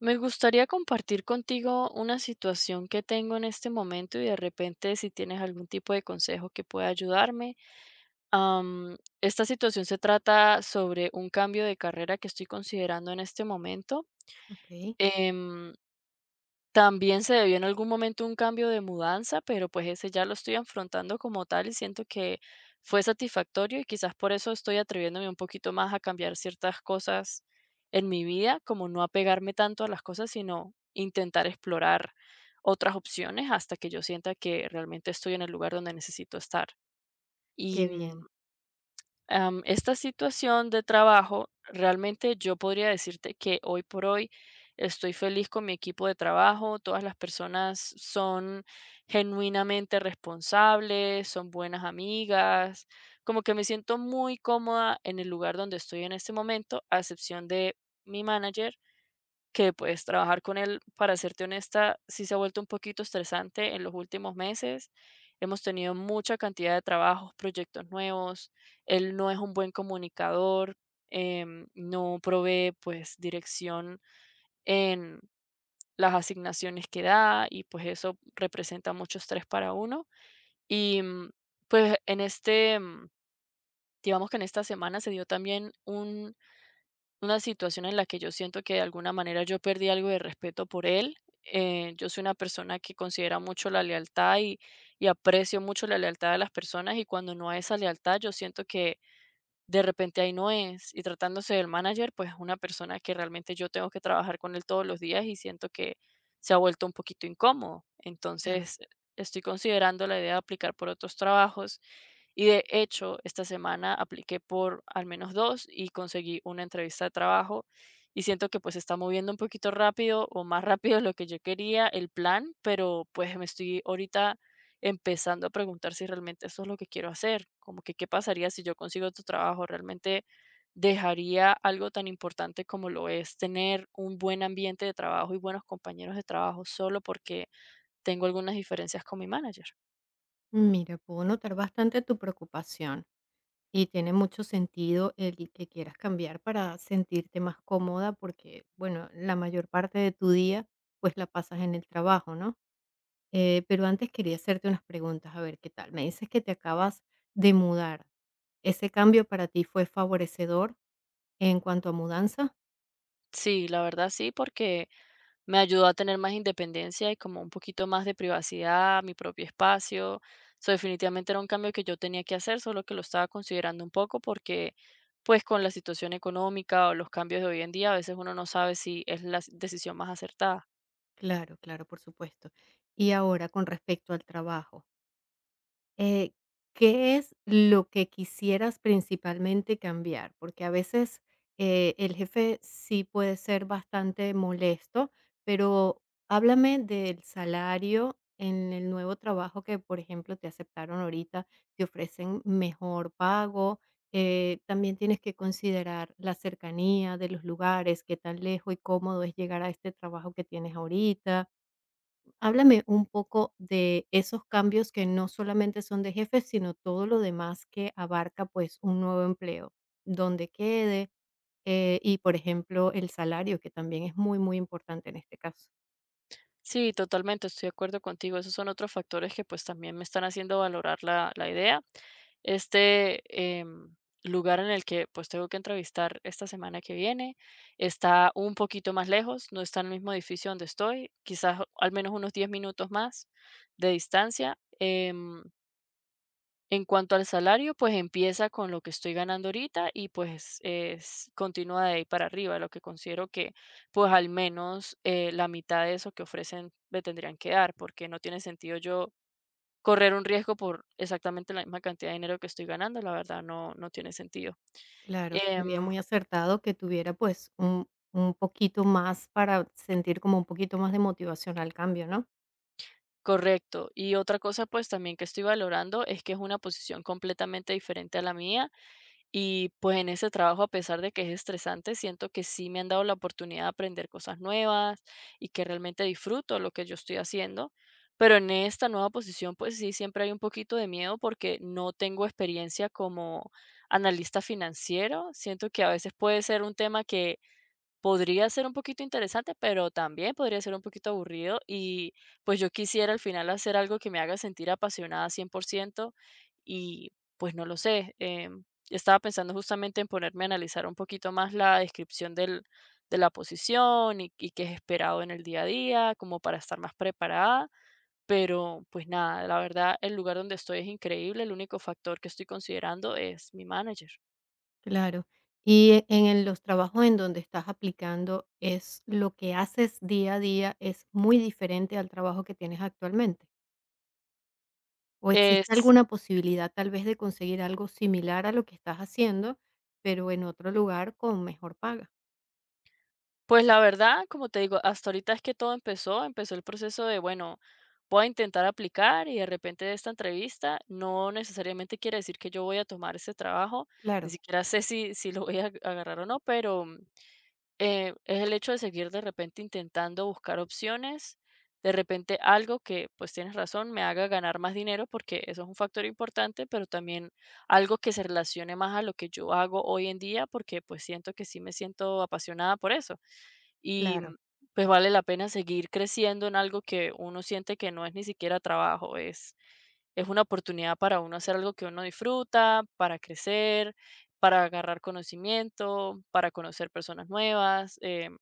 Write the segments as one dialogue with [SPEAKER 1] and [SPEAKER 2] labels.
[SPEAKER 1] Me gustaría compartir contigo una situación que tengo en este momento y de repente si tienes algún tipo de consejo que pueda ayudarme. Esta situación se trata sobre un cambio de carrera que estoy considerando en este momento.
[SPEAKER 2] Okey,
[SPEAKER 1] Em, También se debió en algún momento un cambio de mudanza, pero pues ese ya lo estoy afrontando como tal y siento que fue satisfactorio y quizás por eso estoy atreviéndome un poquito más a cambiar ciertas cosas en mi vida, como no apegarme tanto a las cosas, sino intentar explorar otras opciones hasta que yo sienta que realmente estoy en el lugar donde necesito estar. Y
[SPEAKER 2] qué
[SPEAKER 1] mm,
[SPEAKER 2] bien,
[SPEAKER 1] Esta situación de trabajo, realmente yo podría decirte que hoy por hoy estoy feliz con mi equipo de trabajo, todas las personas son genuinamente responsables, son buenas amigas, como que me siento muy cómoda en el lugar donde estoy en este momento, a excepción de mi manager que pues trabajar con él, para serte honesta, sí se ha vuelto un poquito estresante en los últimos meses. Hemos tenido mucha cantidad de trabajos, proyectos nuevos. Él no es un buen comunicador, no provee pues dirección en las asignaciones que da y pues eso representa mucho estrés para uno. Y mm, pues en este, mm, digamos que en esta semana se dio también un una situación en la que yo siento que de alguna manera yo perdí algo de respeto por él. Yo soy una persona que considera mucho la lealtad y aprecio mucho la lealtad de las personas y cuando no hay esa lealtad yo siento que de repente ahí no es. Y tratándose del manager, pues una persona que realmente yo tengo que trabajar con él todos los días y siento que se ha vuelto un poquito incómodo.
[SPEAKER 2] claro.
[SPEAKER 1] Entonces, estoy considerando la idea de aplicar por otros trabajos y de hecho, esta semana apliqué por al menos dos y conseguí una entrevista de trabajo y siento que pues se está moviendo un poquito rápido o más rápido de lo que yo quería el plan, pero pues me estoy ahorita empezando a preguntar si realmente eso es lo que quiero hacer, como que qué pasaría si yo consigo otro trabajo, realmente dejaría algo tan importante como lo es tener un buen ambiente de trabajo y buenos compañeros de trabajo solo porque tengo algunas diferencias con mi manager.
[SPEAKER 2] Mira, puedo notar bastante tu preocupación y tiene mucho sentido el que quieras cambiar para sentirte más cómoda porque, bueno, la mayor parte de tu día, pues, la pasas en el trabajo, ¿no? Pero antes quería hacerte unas preguntas, a ver qué tal. Me dices que te acabas de mudar. ¿Ese cambio para ti fue favorecedor en cuanto a mudanza?
[SPEAKER 1] Sí, la verdad sí, porque me ayudó a tener más independencia y como un poquito más de privacidad, mi propio espacio. So, definitivamente era un cambio que yo tenía que hacer, solo que lo estaba considerando un poco porque pues con la situación económica o los cambios de hoy en día, a veces uno no sabe si es la decisión más acertada.
[SPEAKER 2] Claro, claro, por supuesto. Y ahora, con respecto al trabajo. Eh, ¿Qué es lo que quisieras principalmente cambiar? Porque a veces, el jefe sí puede ser bastante molesto, pero háblame del salario en el nuevo trabajo que, por ejemplo, te aceptaron ahorita, te ofrecen mejor pago, también tienes que considerar la cercanía de los lugares, qué tan lejos y cómodo es llegar a este trabajo que tienes ahorita. Háblame un poco de esos cambios que no solamente son de jefe, sino todo lo demás que abarca, pues, un nuevo empleo, dónde quede, y, por ejemplo, el salario, que también es muy, muy importante en este caso.
[SPEAKER 1] Sí, totalmente, estoy de acuerdo contigo. Esos son otros factores que pues también me están haciendo valorar la idea. Este em, Lugar en el que pues tengo que entrevistar esta semana que viene está un poquito más lejos, no está en el mismo edificio donde estoy, quizás al menos unos 10 minutos más de distancia. En cuanto al salario, pues empieza con lo que estoy ganando ahorita y pues es, continúa de ahí para arriba, lo que considero que pues al menos la mitad de eso que ofrecen me tendrían que dar, porque no tiene sentido yo correr un riesgo por exactamente la misma cantidad de dinero que estoy ganando, la verdad no, no tiene sentido.
[SPEAKER 2] Claro, sería
[SPEAKER 1] Em,
[SPEAKER 2] muy acertado que tuviera, pues, un poquito más para sentir como un poquito más de motivación al cambio, ¿no?
[SPEAKER 1] Correcto. Y otra cosa pues también que estoy valorando es que es una posición completamente diferente a la mía. Y pues en ese trabajo, a pesar de que es estresante, siento que sí me han dado la oportunidad de aprender cosas nuevas y que realmente disfruto lo que yo estoy haciendo. Pero en esta nueva posición, pues sí, siempre hay un poquito de miedo porque no tengo experiencia como analista financiero. Siento que a veces puede ser un tema que podría ser un poquito interesante, pero también podría ser un poquito aburrido y pues yo quisiera al final hacer algo que me haga sentir apasionada 100% y pues no lo sé. Estaba pensando justamente en ponerme a analizar un poquito más la descripción de la posición y qué es esperado en el día a día, como para estar más preparada. Pero pues nada, la verdad el lugar donde estoy es increíble. El único factor que estoy considerando es mi manager.
[SPEAKER 2] Claro. Y en los trabajos en donde estás aplicando, ¿es lo que haces día a día es muy diferente al trabajo que tienes actualmente? ¿O existe
[SPEAKER 1] Es
[SPEAKER 2] alguna posibilidad tal vez de conseguir algo similar a lo que estás haciendo, pero en otro lugar con mejor paga?
[SPEAKER 1] Pues la verdad, como te digo, hasta ahorita es que todo empezó el proceso de, bueno, voy a intentar aplicar y de repente de esta entrevista no necesariamente quiere decir que yo voy a tomar ese trabajo, ni
[SPEAKER 2] Claro,
[SPEAKER 1] siquiera sé si lo voy a agarrar o no, pero es el hecho de seguir de repente intentando buscar opciones, de repente algo que, pues tienes razón, me haga ganar más dinero, porque eso es un factor importante, pero también algo que se relacione más a lo que yo hago hoy en día, porque pues siento que sí me siento apasionada por eso. Y
[SPEAKER 2] claro,
[SPEAKER 1] pues vale la pena seguir creciendo en algo que uno siente que no es ni siquiera trabajo, es una oportunidad para uno hacer algo que uno disfruta, para crecer, para agarrar conocimiento, para conocer personas nuevas.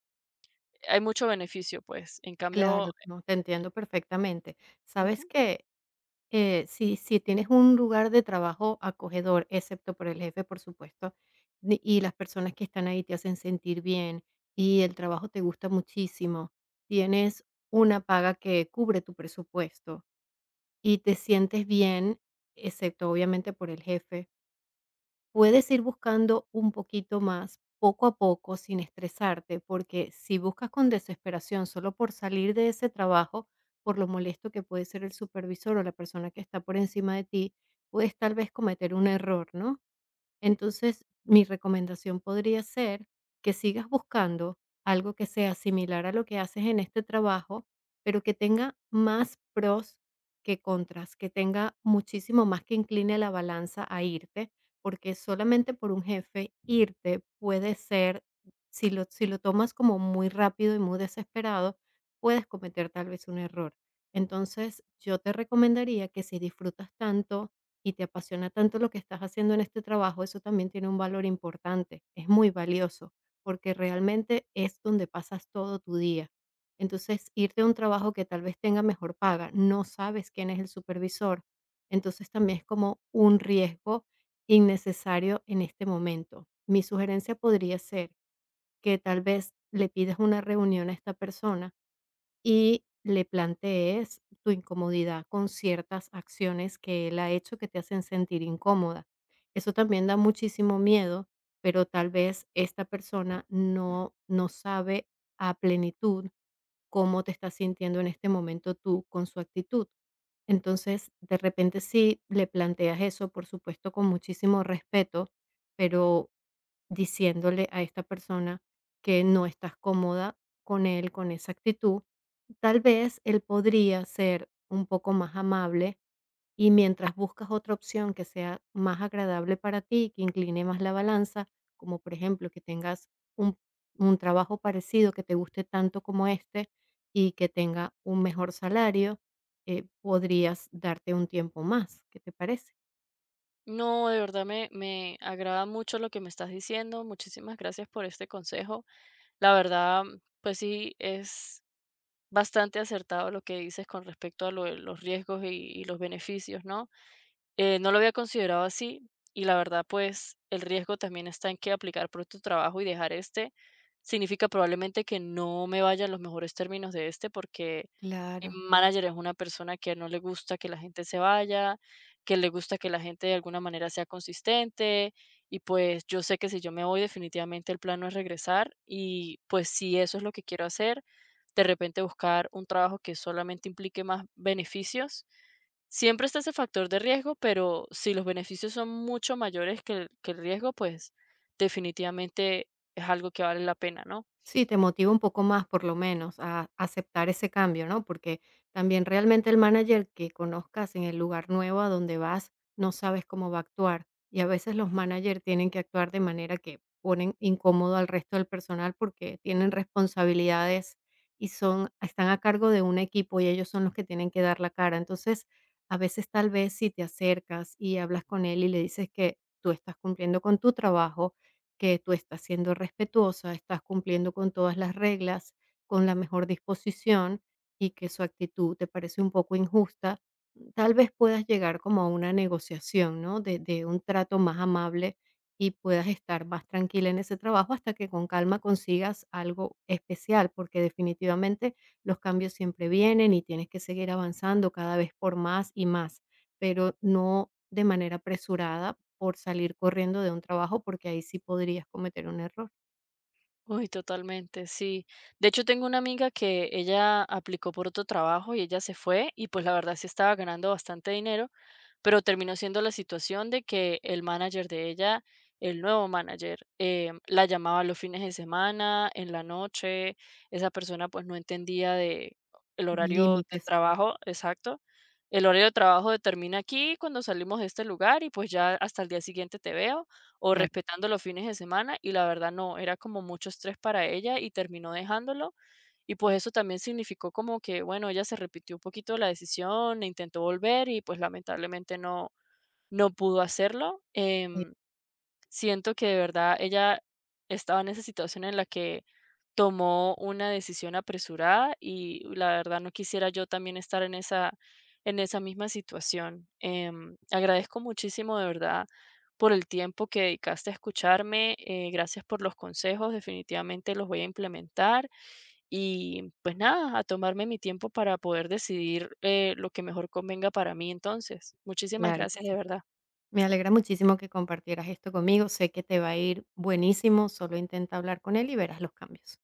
[SPEAKER 1] Hay mucho beneficio, pues. En
[SPEAKER 2] claro,
[SPEAKER 1] cambio,
[SPEAKER 2] no, te entiendo perfectamente. ¿Sabes
[SPEAKER 1] ujú.
[SPEAKER 2] que Si tienes un lugar de trabajo acogedor, excepto por el jefe, por supuesto, y las personas que están ahí te hacen sentir bien y el trabajo te gusta muchísimo, tienes una paga que cubre tu presupuesto y te sientes bien, excepto obviamente por el jefe? Puedes ir buscando un poquito más, poco a poco, sin estresarte, porque si buscas con desesperación solo por salir de ese trabajo, por lo molesto que puede ser el supervisor o la persona que está por encima de ti, puedes tal vez cometer un error, ¿no? Entonces, mi recomendación podría ser que sigas buscando algo que sea similar a lo que haces en este trabajo, pero que tenga más pros que contras, que tenga muchísimo más que incline la balanza a irte, porque solamente por un jefe irte puede ser, si lo tomas como muy rápido y muy desesperado, puedes cometer tal vez un error. Entonces, yo te recomendaría que si disfrutas tanto y te apasiona tanto lo que estás haciendo en este trabajo, eso también tiene un valor importante, es muy valioso, porque realmente es donde pasas todo tu día. Entonces, irte a un trabajo que tal vez tenga mejor paga, no sabes quién es el supervisor, entonces también es como un riesgo innecesario en este momento. Mi sugerencia podría ser que tal vez le pidas una reunión a esta persona y le plantees tu incomodidad con ciertas acciones que él ha hecho que te hacen sentir incómoda. Eso también da muchísimo miedo, pero tal vez esta persona no, no sabe a plenitud cómo te estás sintiendo en este momento tú con su actitud. Entonces, de repente sí le planteas eso, por supuesto, con muchísimo respeto, pero diciéndole a esta persona que no estás cómoda con él, con esa actitud, tal vez él podría ser un poco más amable y mientras buscas otra opción que sea más agradable para ti, que incline más la balanza, como por ejemplo que tengas un, un trabajo parecido que te guste tanto como este y que tenga un mejor salario, podrías darte un tiempo más. ¿Qué te parece?
[SPEAKER 1] No, de verdad me agrada mucho lo que me estás diciendo. Muchísimas gracias por este consejo. La verdad, pues sí, es bastante acertado lo que dices con respecto a lo de los riesgos y los beneficios, ¿no? No lo había considerado así y la verdad, pues el riesgo también está en que aplicar por tu trabajo y dejar este significa probablemente que no me vaya en los mejores términos de este porque mi
[SPEAKER 2] Claro.
[SPEAKER 1] manager es una persona que no le gusta que la gente se vaya, que le gusta que la gente de alguna manera sea consistente y pues yo sé que si yo me voy definitivamente el plan no es regresar y pues si eso es lo que quiero hacer, de repente buscar un trabajo que solamente implique más beneficios. Siempre está ese factor de riesgo, pero si los beneficios son mucho mayores que que el riesgo, pues definitivamente es algo que vale la pena, ¿no?
[SPEAKER 2] Sí, te motiva un poco más, por lo menos, a aceptar ese cambio, ¿no? Porque también realmente el manager que conozcas en el lugar nuevo a donde vas, no sabes cómo va a actuar. Y a veces los managers tienen que actuar de manera que ponen incómodo al resto del personal porque tienen responsabilidades y son, están a cargo de un equipo y ellos son los que tienen que dar la cara. Entonces, a veces tal vez si te acercas y hablas con él y le dices que tú estás cumpliendo con tu trabajo, que tú estás siendo respetuosa, estás cumpliendo con todas las reglas, con la mejor disposición y que su actitud te parece un poco injusta, tal vez puedas llegar como a una negociación, ¿no? De un trato más amable y puedas estar más tranquila en ese trabajo hasta que con calma consigas algo especial, porque definitivamente los cambios siempre vienen y tienes que seguir avanzando cada vez por más y más, pero no de manera apresurada por salir corriendo de un trabajo, porque ahí sí podrías cometer un error
[SPEAKER 1] Uy, totalmente, sí. De hecho, tengo una amiga que ella aplicó por otro trabajo y ella se fue y pues la verdad sí estaba ganando bastante dinero, pero terminó siendo la situación de que el manager de ella, el nuevo manager, la llamaba los fines de semana, en la noche, esa persona pues no entendía de el
[SPEAKER 2] de
[SPEAKER 1] horario de
[SPEAKER 2] límites.
[SPEAKER 1] trabajo, exacto. El horario de trabajo de termina aquí cuando salimos de este lugar y pues ya hasta el día siguiente te veo o
[SPEAKER 2] Claro,
[SPEAKER 1] respetando los fines de semana y la verdad no, era como mucho estrés para ella y terminó dejándolo. Y pues eso también significó como que, bueno, ella se repitió un poquito la decisión, e intentó volver y pues lamentablemente no, no pudo hacerlo.
[SPEAKER 2] sí,
[SPEAKER 1] Siento que de verdad ella estaba en esa situación en la que tomó una decisión apresurada y la verdad no quisiera yo también estar en en esa misma situación. Agradezco muchísimo de verdad por el tiempo que dedicaste a escucharme. Gracias por los consejos, definitivamente los voy a implementar y pues nada, a tomarme mi tiempo para poder decidir lo que mejor convenga para mí entonces. Muchísimas
[SPEAKER 2] claro que
[SPEAKER 1] gracias de
[SPEAKER 2] sí.
[SPEAKER 1] verdad.
[SPEAKER 2] Me alegra muchísimo que compartieras esto conmigo. Sé que te va a ir buenísimo, solo intenta hablar con él y verás los cambios.